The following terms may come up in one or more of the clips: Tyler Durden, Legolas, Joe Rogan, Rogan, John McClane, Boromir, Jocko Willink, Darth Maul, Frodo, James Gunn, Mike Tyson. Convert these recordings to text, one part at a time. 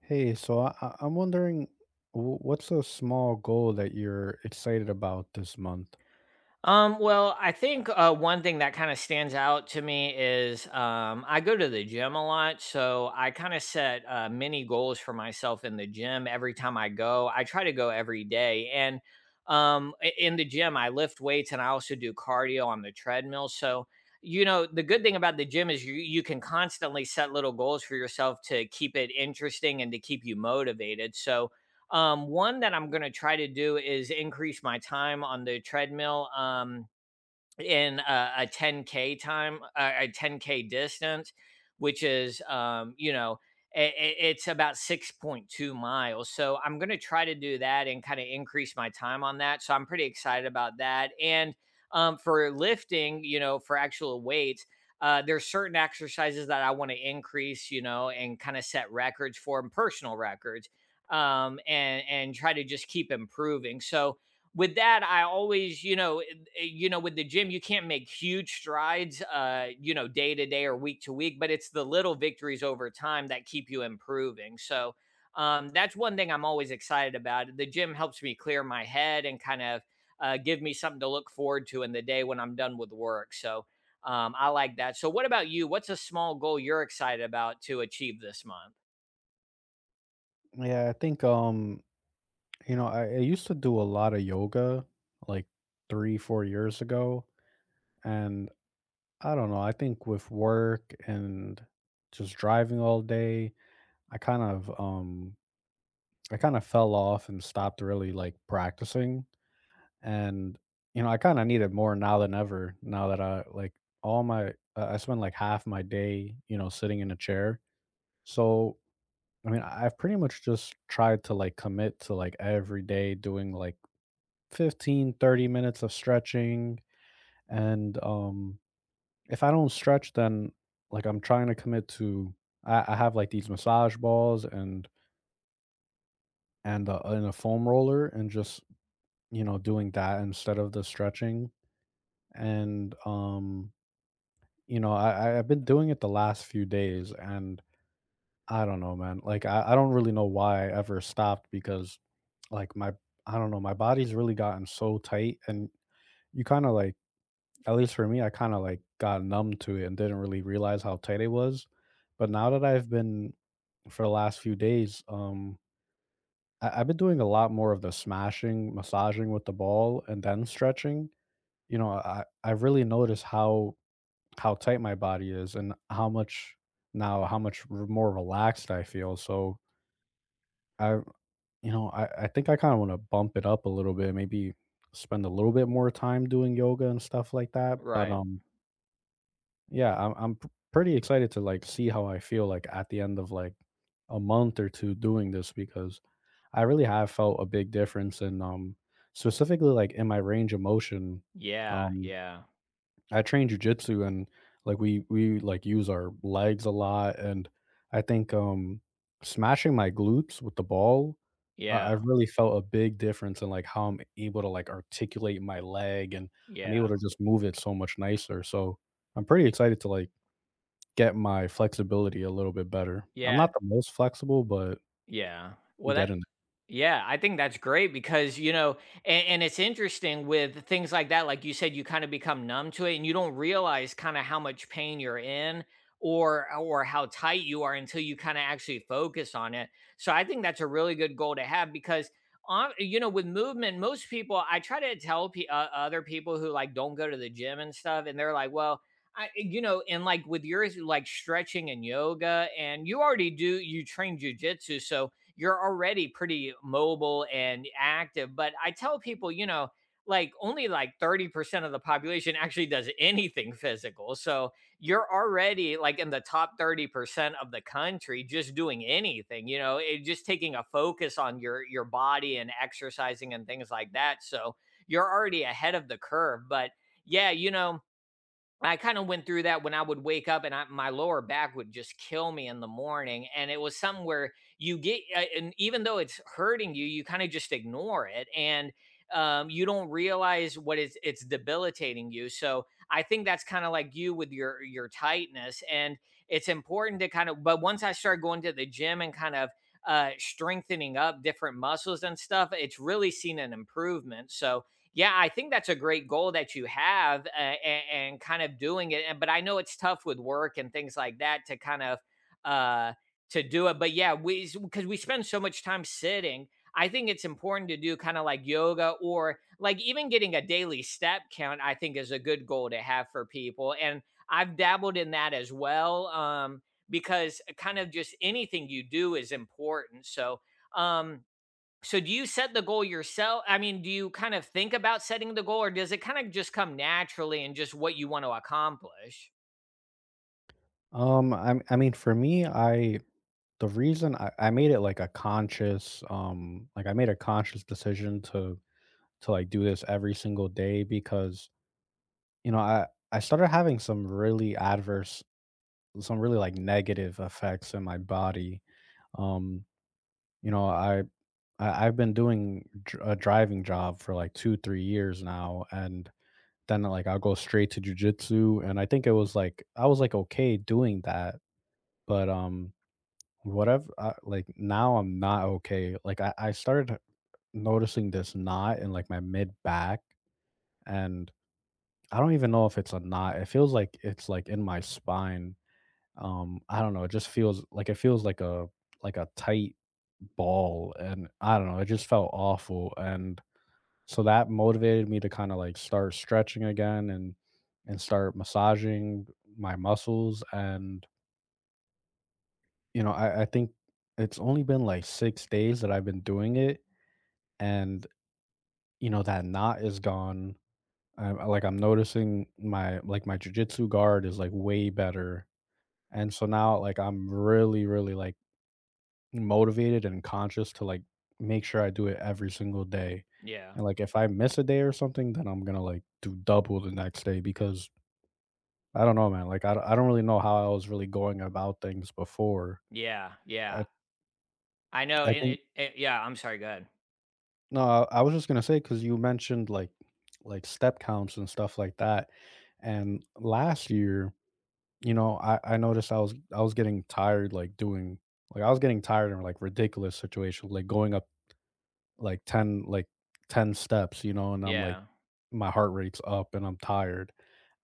Hey, so I'm wondering, what's a small goal that you're excited about this month? Well, I think one thing that kind of stands out to me is I go to the gym a lot. So I kind of set mini goals for myself in the gym every time I go. I try to go every day. In the gym, I lift weights and I also do cardio on the treadmill. So, you know, the good thing about the gym is you can constantly set little goals for yourself to keep it interesting and to keep you motivated. So, one that I'm going to try to do is increase my time on the treadmill. In a 10K time, a 10K distance, which is it's about 6.2 miles. So I'm going to try to do that and kind of increase my time on that. So I'm pretty excited about that. And for lifting, you know, for actual weights, there's certain exercises that I want to increase, you know, and kind of set records for 'em, personal records, and try to just keep improving. So with that, I always, you know, you know, with the gym you can't make huge strides, you know, day to day or week to week, but it's the little victories over time that keep you improving. So that's one thing I'm always excited about. The gym helps me clear my head and kind of give me something to look forward to in the day when I'm done with work. So I like that. So what about you? What's a small goal you're excited about to achieve this month? Yeah, I think you know, I used to do a lot of yoga, like three, 4 years ago, and I don't know, I think with work and just driving all day, I kind of um, I kind of fell off and stopped really like practicing. And, you know, I kinda need it more now than ever, now that I like, all my I spend, like, half my day, you know, sitting in a chair. So, I mean, I've pretty much just tried to, like, commit to, like, every day doing, like, 15, 30 minutes of stretching, and, if I don't stretch, then, like, I'm trying to commit to I have, like, these massage balls and and a foam roller and just, you know, doing that instead of the stretching, and, you know, I have been doing it the last few days, and I don't know, man. Like, I don't really know why I ever stopped because, like, my I don't know, my body's really gotten so tight, and you kind of like, at least for me, I kind of like got numb to it and didn't really realize how tight it was. But now that I've been for the last few days, I've been doing a lot more of the smashing, massaging with the ball, and then stretching. You know, I really noticed how tight my body is and how much now how much r- more relaxed I feel. So I, you know, I think I kind of want to bump it up a little bit, maybe spend a little bit more time doing yoga and stuff like that. But Right. Yeah, pretty excited to like see how I feel like at the end of like a month or two doing this because I really have felt a big difference in specifically like in my range of motion. Yeah. um Yeah. I train jujitsu, and like we like use our legs a lot, and I think smashing my glutes with the ball, I, Yeah. I really felt a big difference in like how I'm able to like articulate my leg, and Yeah. I'm able to just move it so much nicer. So I'm pretty excited to like get my flexibility a little bit better. I'm Yeah. not the most flexible, but Yeah. I'm Well, that. getting it. Yeah, I think that's great because, you know, and it's interesting with things like that. Like you said, you kind of become numb to it and you don't realize kind of how much pain you're in, or how tight you are until you kind of actually focus on it. So I think that's a really good goal to have because, on, you know, with movement, most people, I try to tell other people who like don't go to the gym and stuff, and they're like, well, I, you know, and like with yours, like stretching and yoga, and you already do, you train jujitsu, so you're already pretty mobile and active. But I tell people, you know, like only like 30% of the population actually does anything physical. So you're already like in the top 30% of the country, just doing anything, you know, it just taking a focus on your body and exercising and things like that. So you're already ahead of the curve. But yeah, you know, I kind of went through that when I would wake up and my lower back would just kill me in the morning. And it was something where you get, and even though it's hurting you, you kind of just ignore it. And you don't realize what, is it's debilitating you. So I think that's kind of like you with your tightness, and it's important to kind of. But once I started going to the gym and kind of strengthening up different muscles and stuff, it's really seen an improvement. So yeah, I think that's a great goal that you have, and kind of doing it. And but I know it's tough with work and things like that to kind of uh, to do it. But yeah, we, because we spend so much time sitting, I think it's important to do kind of like yoga or like even getting a daily step count. I think is a good goal to have for people, and I've dabbled in that as well, because kind of just anything you do is important. So. Um, so do you set the goal yourself? I mean, do you kind of think about setting the goal or does it kind of just come naturally and just what you want to accomplish? I mean, for me, I the reason I made it like a conscious like I made a conscious decision to like do this every single day, because you know I started having some really adverse, some really like negative effects in my body. um you know, I've been doing a driving job for like 2 3 years now, and then like I'll go straight to jujitsu, and I think it was like I was like okay doing that, but whatever like now I'm not okay, like I started noticing this knot in like my mid back. And I don't even know if it's a knot. It feels like it's like in my spine. I don't know. It just feels like it feels like a tight ball, and I don't know. It just felt awful, and so that motivated me to kind of like start stretching again and start massaging my muscles. And you know, I think it's only been like 6 days that I've been doing it, and you know that knot is gone. Like I'm noticing my like my jujitsu guard is like way better. And so now, like, I'm really, really like motivated and conscious to like make sure I do it every single day. Yeah. And like, if I miss a day or something, then I'm gonna like do double the next day because I don't know, man. Like, I don't really know how I was really going about things before. Yeah. I, Yeah. I know. I And think, it yeah, I'm sorry. Go ahead. no, I was just gonna say, because you mentioned like step counts and stuff like that. And last year, you know, I was getting tired, like doing, like, I was getting tired in like ridiculous situations, like going up like 10 steps, you know, and I'm like Yeah. my heart rate's up and I'm tired.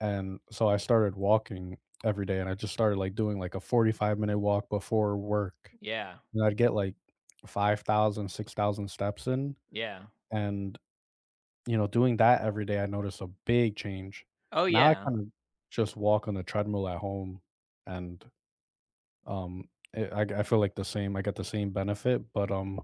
And so I started walking every day, and I just started like doing like a 45-minute walk before work. Yeah. And I'd get like 5,000, 6,000 steps in. Yeah. And, you know, doing that every day, I noticed a big change. Oh, Now I yeah. kind of just walk on the treadmill at home, and it, I feel like the same. I get the same benefit, but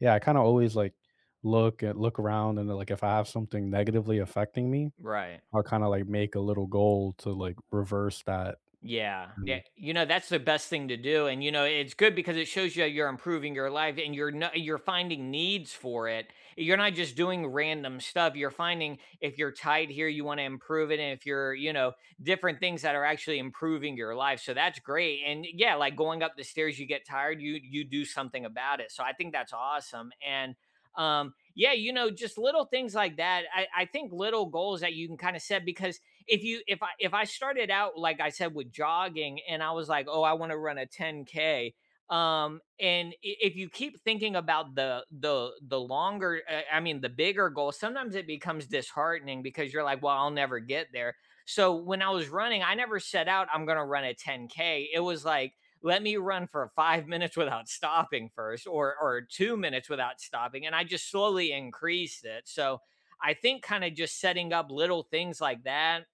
yeah, I kind of always like look around, and like if I have something negatively affecting me, Right. I'll kind of like make a little goal to like reverse that. Yeah. Yeah, And you know, that's the best thing to do, and, you know, it's good because it shows you, you're improving your life, and you're not, you're finding needs for it. You're not just doing random stuff, you're finding if you're tight here, you wanna improve it, and if you're, you know, different things that are actually improving your life, so that's great. And, yeah, like, going up the stairs, you get tired, you do something about it, so I think that's awesome. And, yeah, you know, just little things like that, I think little goals that you can kinda set because if I started out like I said with jogging and I was like, "Oh, I want to run a 10K." And if you keep thinking about the longer, I mean, the bigger goal, sometimes it becomes disheartening because you're like, "Well, I'll never get there." So when I was running, I never set out, I'm going to run a 10K. It was like, let me run for five minutes without stopping first, or 2 minutes without stopping, and I just slowly increased it. So I think kind of just setting up little things like that,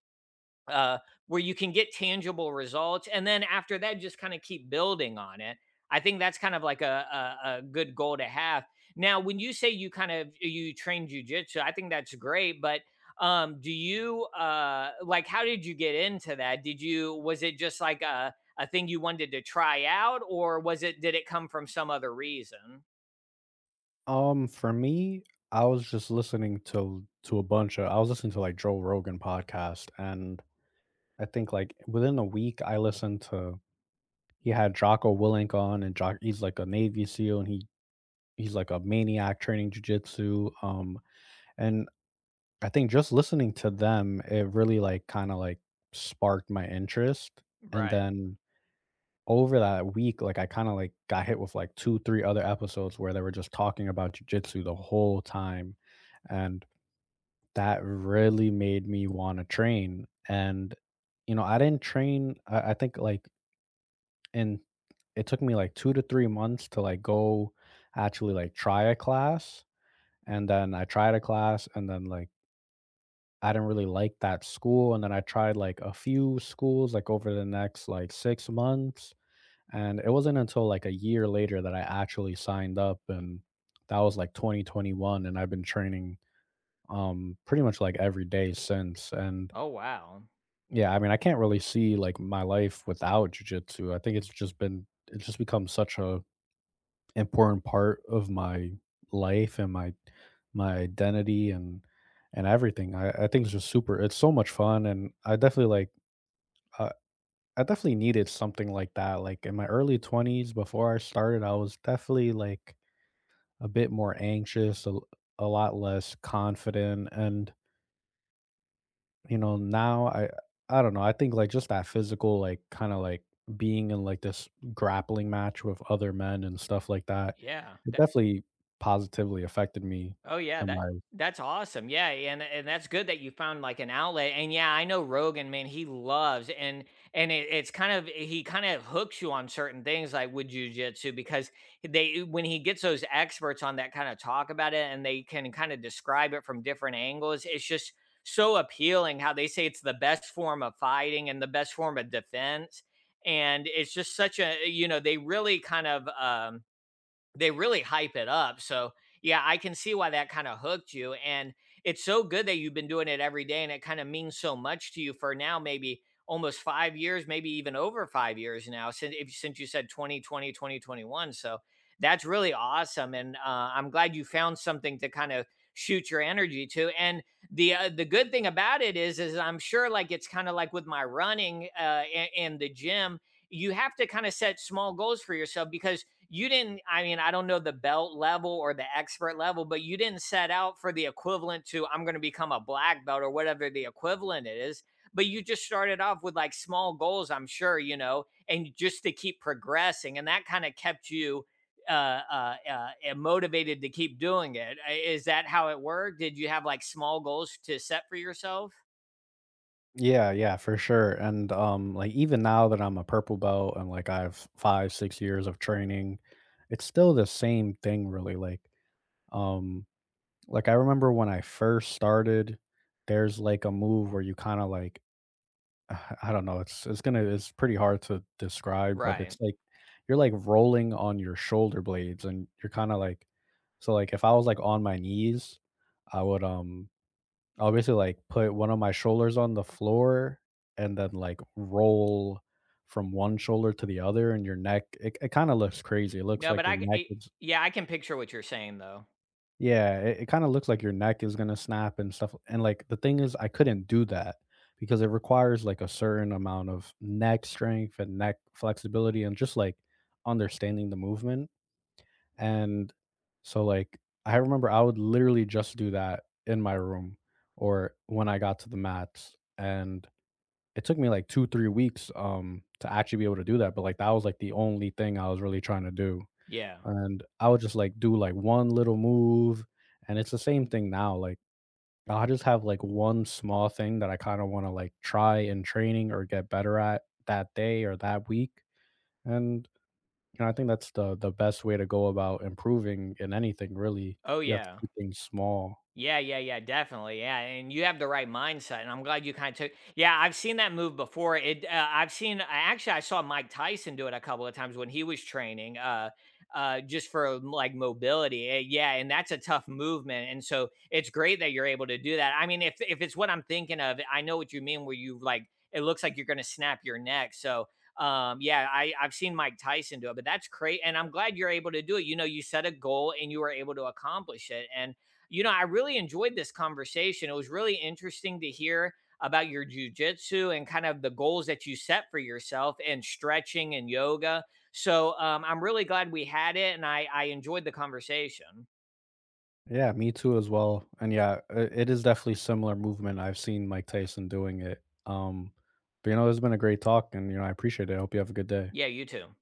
uh, where you can get tangible results. And then after that, just kind of keep building on it. I think that's kind of like a good goal to have. Now, when you say you kind of, you train jujitsu, I think that's great. But do you, like, how did you get into that? Did you, was it just like a thing you wanted to try out, or was it, did it come from some other reason? For me, I was just listening to a bunch of I was listening to like Joe Rogan podcast, and I think like within a week I listened to he had Jocko Willink on, and Jock he's like a Navy SEAL, and he's like a maniac training jujitsu. And I think just listening to them, it really, like, kinda, like, sparked my interest, and Right. then over that week, like, I kinda, like, got hit with, like, 2, 3 other episodes where they were just talking about jujitsu the whole time, and that really made me wanna train, and, you know, I didn't train I think, like, in it took me, like, 2 to 3 months to, like, go actually, like, try a class, and then I tried a class, and then, like I didn't really like that school, and then I tried, like, a few schools, like, over the next, like, 6 months, and it wasn't until, like, a year later that I actually signed up, and that was, like, 2021, and I've been training, pretty much, like, every day since, and Oh, wow. yeah, I mean, I can't really see, like, my life without jujitsu. I think it's just been it's just become such a important part of my life and my identity and everything. I think it's just super. It's so much fun, and I definitely like. Uh, I definitely needed something like that. Like in my early 20s, before I started, I was definitely like a bit more anxious, a lot less confident, and you know, now I don't know. I think like just that physical, like kind of like being in like this grappling match with other men and stuff like that, Yeah. it definitely positively affected me Oh yeah, and that my that's awesome. Yeah, and that's good that you found like an outlet. And yeah, I know Rogan, man, he loves, it's kind of, he kind of hooks you on certain things like with jujitsu because they, when he gets those experts on that kind of talk about it and they can kind of describe it from different angles, it's just so appealing how they say it's the best form of fighting and the best form of defense. And it's just such a, you know, they really kind of, they really hype it up. So, yeah, I can see why that kinda hooked you, and it's so good that you've been doing it every day, and it kinda means so much to you for now maybe almost 5 years, maybe even over 5 years now since, if since you said 2021, so that's really awesome. And, I'm glad you found something to kind of shoot your energy to. And the good thing about it is I'm sure, like, it's kinda like with my running, a and the gym, you have to kinda set small goals for yourself because you didn't, I mean, I don't know the belt level or the expert level, but you didn't set out for the equivalent to, I'm going to become a black belt or whatever the equivalent is. But you just started off with like small goals, I'm sure, you know, and just to keep progressing, and that kind of kept you motivated to keep doing it. Is that how it worked? Did you have like small goals to set for yourself? yeah, yeah, for sure. And like even now that I'm a purple belt and like I've five, 6 years of training, it's still the same thing really. Um like I remember when I first started, there's like a move where you kind of like I don't know, it's pretty hard to describe, but Right. it's like you're, like, rolling on your shoulder blades, and you're kinda, like so, like, if I was, like, on my knees, I would, um I would basically, like, put one of my shoulders on the floor and then, like, roll from one shoulder to the other, and your neck it kinda looks crazy, it looks No, like but your I, c- neck it- is yeah, I can picture what you're saying though. yeah, it kinda looks like your neck is gonna snap and stuff, and, like, the thing is I couldn't do that because it requires, like, a certain amount of neck strength and neck flexibility and just, like, understanding the movement, and so, like, I remember I would literally just do that in my room or when I got to the mats, and it took me, like, 2, 3 weeks, to actually be able to do that, but, like, that was, like, the only thing I was really trying to do. Yeah. And I would just, like, do, like, one little move, and it's the same thing now, like, I'll just have, like, one small thing that I kinda wanna, like, try in training or get better at that day or that week, and, you know, I think that's the best way to go about improving in anything, really. Oh, You have to yeah. keep things small. Yeah, yeah, yeah, definitely. Yeah, and you have the right mindset, and I'm glad you kind of took. Yeah, I've seen that move before. It, I've seen. I- Actually, I saw Mike Tyson do it a couple of times when he was training, just for like, mobility. Yeah, and that's a tough movement, and so it's great that you're able to do that. I mean, if it's what I'm thinking of, I know what you mean. Where you like, it looks like you're going to snap your neck. So. Yeah, I've seen Mike Tyson do it, but that's great. And I'm glad you're able to do it. You know, you set a goal and you were able to accomplish it. And you know, I really enjoyed this conversation. It was really interesting to hear about your jujitsu and kind of the goals that you set for yourself and stretching and yoga. So I'm really glad we had it, and I enjoyed the conversation. Yeah, me too as well, and yeah, it is definitely similar movement, I've seen Mike Tyson doing it, but, you know, it's been a great talk, and, you know, I appreciate it, I hope you have a good day. Yeah, you too.